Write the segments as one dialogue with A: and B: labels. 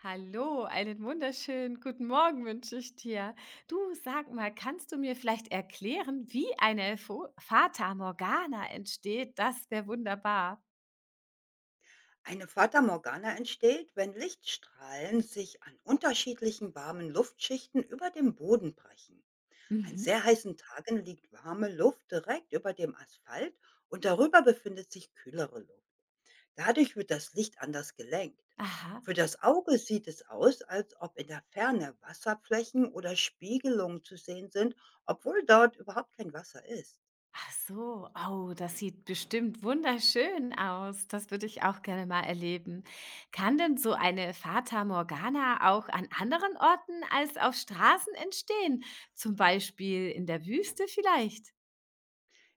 A: Hallo, einen wunderschönen guten Morgen wünsche ich dir. Du, sag mal, kannst du mir vielleicht erklären, wie eine Fo Fata Morgana entsteht? Das wäre wunderbar.
B: Eine Fata Morgana entsteht, wenn Lichtstrahlen sich an unterschiedlichen warmen Luftschichten über dem Boden brechen. An
A: Mhm.
B: sehr heißen Tagen liegt warme Luft direkt über dem Asphalt und darüber befindet sich kühlere Luft. Dadurch wird das Licht anders gelenkt.
A: Aha.
B: Für das Auge sieht es aus, als ob in der Ferne Wasserflächen oder Spiegelungen zu sehen sind, obwohl dort überhaupt kein Wasser ist.
A: Ach so, oh, das sieht bestimmt wunderschön aus. Das würde ich auch gerne mal erleben. Kann denn so eine Fata Morgana auch an anderen Orten als auf Straßen entstehen? Zum Beispiel in der Wüste vielleicht?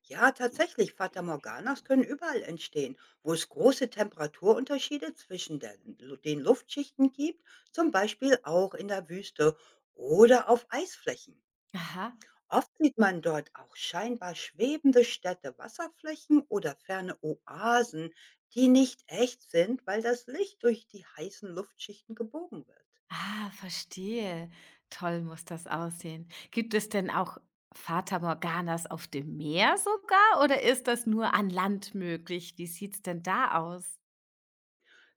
B: Ja, tatsächlich, Fata-Morganas können überall entstehen, wo es große Temperaturunterschiede zwischen den Luftschichten gibt, zum Beispiel auch in der Wüste oder auf Eisflächen.
A: Aha.
B: Oft sieht man dort auch scheinbar schwebende Städte, Wasserflächen oder ferne Oasen, die nicht echt sind, weil das Licht durch die heißen Luftschichten gebogen wird.
A: Ah, verstehe. Toll muss das aussehen. Gibt es denn auch Fata Morganas auf dem Meer sogar oder ist das nur an Land möglich? Wie sieht's denn da aus?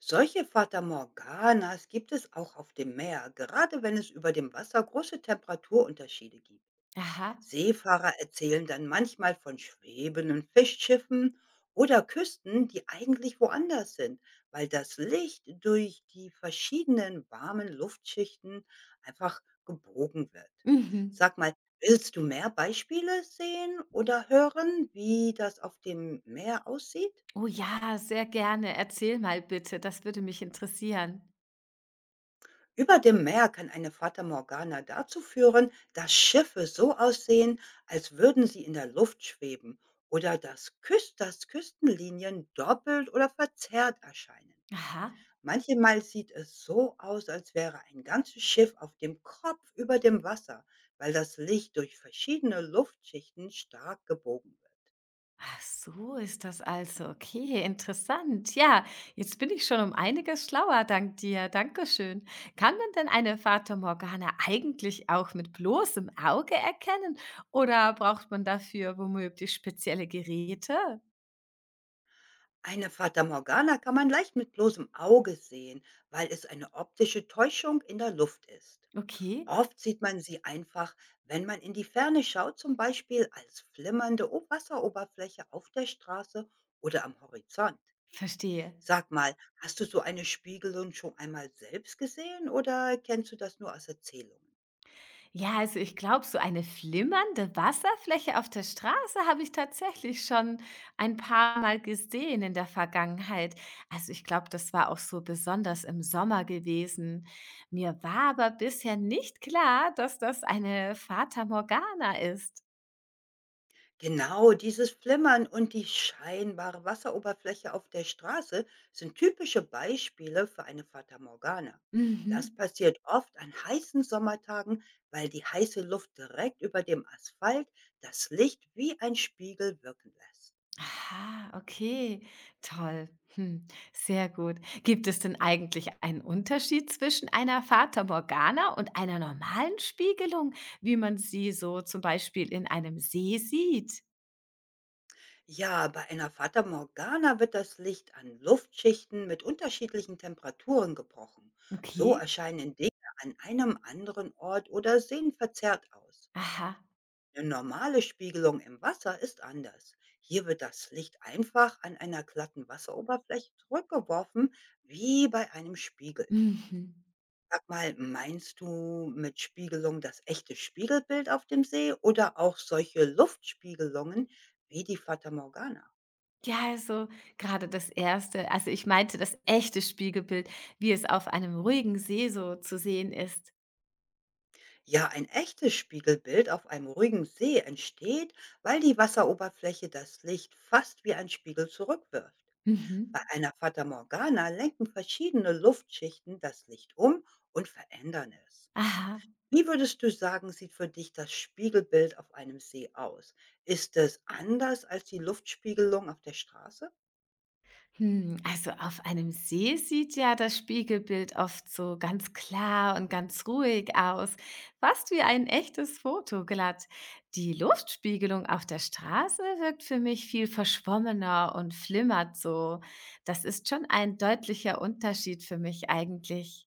B: Solche Fata Morganas gibt es auch auf dem Meer, gerade wenn es über dem Wasser große Temperaturunterschiede gibt.
A: Aha.
B: Seefahrer erzählen dann manchmal von schwebenden Fischschiffen oder Küsten, die eigentlich woanders sind, weil das Licht durch die verschiedenen warmen Luftschichten einfach gebogen wird.
A: Mhm.
B: Sag mal, willst du mehr Beispiele sehen oder hören, wie das auf dem Meer aussieht?
A: Oh ja, sehr gerne. Erzähl mal bitte, das würde mich interessieren.
B: Über dem Meer kann eine Fata Morgana dazu führen, dass Schiffe so aussehen, als würden sie in der Luft schweben oder dass Küstenlinien doppelt oder verzerrt erscheinen.
A: Aha.
B: Manchmal sieht es so aus, als wäre ein ganzes Schiff auf dem Kopf über dem Wasser, weil das Licht durch verschiedene Luftschichten stark gebogen wird.
A: Ach, so ist das also. Okay, interessant. Ja, jetzt bin ich schon um einiges schlauer, dank dir. Dankeschön. Kann man denn eine Fata Morgana eigentlich auch mit bloßem Auge erkennen oder braucht man dafür womöglich spezielle Geräte?
B: Eine Fata Morgana kann man leicht mit bloßem Auge sehen, weil es eine optische Täuschung in der Luft ist.
A: Okay,
B: Oft sieht man sie einfach, wenn man in die Ferne schaut, zum Beispiel als flimmernde Wasseroberfläche auf der Straße oder am Horizont.
A: verstehe.
B: Sag mal, hast du so eine Spiegelung schon einmal selbst gesehen oder kennst du das nur aus Erzählungen?
A: Ja, also ich glaube, so eine flimmernde Wasserfläche auf der Straße habe ich tatsächlich schon ein paar Mal gesehen in der Vergangenheit. Also ich glaube, das war auch so besonders im Sommer gewesen. Mir war aber bisher nicht klar, dass das eine Fata Morgana ist.
B: Genau, dieses Flimmern und die scheinbare Wasseroberfläche auf der Straße sind typische Beispiele für eine Fata Morgana. Das
A: Mhm.
B: passiert oft an heißen Sommertagen, weil die heiße Luft direkt über dem Asphalt das Licht wie ein Spiegel wirken lässt.
A: Aha, okay, toll. Hm, sehr gut. Gibt es denn eigentlich einen Unterschied zwischen einer Fata Morgana und einer normalen Spiegelung, wie man sie so zum Beispiel in einem See sieht?
B: Ja, bei einer Fata Morgana wird das Licht an Luftschichten mit unterschiedlichen Temperaturen gebrochen. So
A: Okay,
B: erscheinen Dinge an einem anderen Ort oder sehen verzerrt aus.
A: aha.
B: Eine normale Spiegelung im Wasser ist anders. Hier wird das Licht einfach an einer glatten Wasseroberfläche zurückgeworfen, wie bei einem Spiegel.
A: Mhm.
B: Sag mal, meinst du mit Spiegelung das echte Spiegelbild auf dem See oder auch solche Luftspiegelungen wie die Fata Morgana?
A: Ja, also gerade das erste, also ich meinte das echte Spiegelbild, wie es auf einem ruhigen See so zu sehen ist.
B: Ja, ein echtes Spiegelbild auf einem ruhigen See entsteht, weil die Wasseroberfläche das Licht fast wie ein Spiegel zurückwirft.
A: Mhm.
B: Bei einer Fata Morgana lenken verschiedene Luftschichten das Licht um und verändern es.
A: Aha.
B: Wie würdest du sagen, sieht für dich das Spiegelbild auf einem See aus? Ist es anders als die Luftspiegelung auf der Straße?
A: Hm, also auf einem See sieht ja das Spiegelbild oft so ganz klar und ganz ruhig aus, fast wie ein echtes Foto glatt. Die Luftspiegelung auf der Straße wirkt für mich viel verschwommener und flimmert so. Das ist schon ein deutlicher Unterschied für mich eigentlich.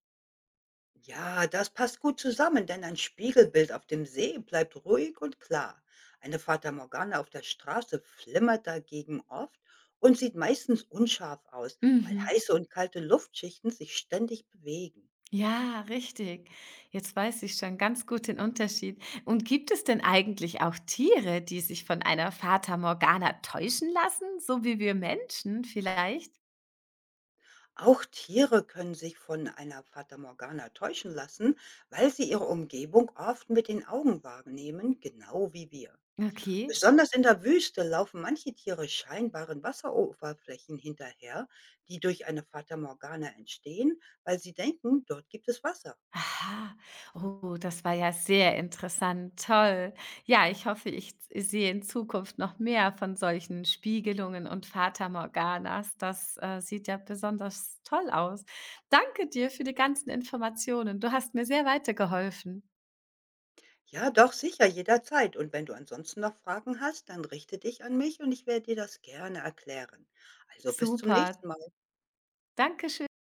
B: Ja, das passt gut zusammen, denn ein Spiegelbild auf dem See bleibt ruhig und klar. Eine Fata Morgana auf der Straße flimmert dagegen oft und sieht meistens unscharf aus, weil
A: Mhm.
B: heiße und kalte Luftschichten sich ständig bewegen.
A: Ja, richtig. Jetzt weiß ich schon ganz gut den Unterschied. Und gibt es denn eigentlich auch Tiere, die sich von einer Fata Morgana täuschen lassen, so wie wir Menschen vielleicht?
B: Auch Tiere können sich von einer Fata Morgana täuschen lassen, weil sie ihre Umgebung oft mit den Augen wahrnehmen, genau wie wir.
A: Okay.
B: Besonders in der Wüste laufen manche Tiere scheinbaren Wasseroberflächen hinterher, die durch eine Fata Morgana entstehen, weil sie denken, dort gibt es Wasser.
A: Aha. Oh, das war ja sehr interessant. Toll. Ja, ich hoffe, ich sehe in Zukunft noch mehr von solchen Spiegelungen und Fata Morganas. Das sieht ja besonders toll aus. Danke dir für die ganzen Informationen. Du hast mir sehr weitergeholfen.
B: Ja, doch sicher, jederzeit. Und wenn du ansonsten noch Fragen hast, dann richte dich an mich und ich werde dir das gerne erklären. Also bis zum
A: Super,
B: nächsten Mal.
A: Dankeschön.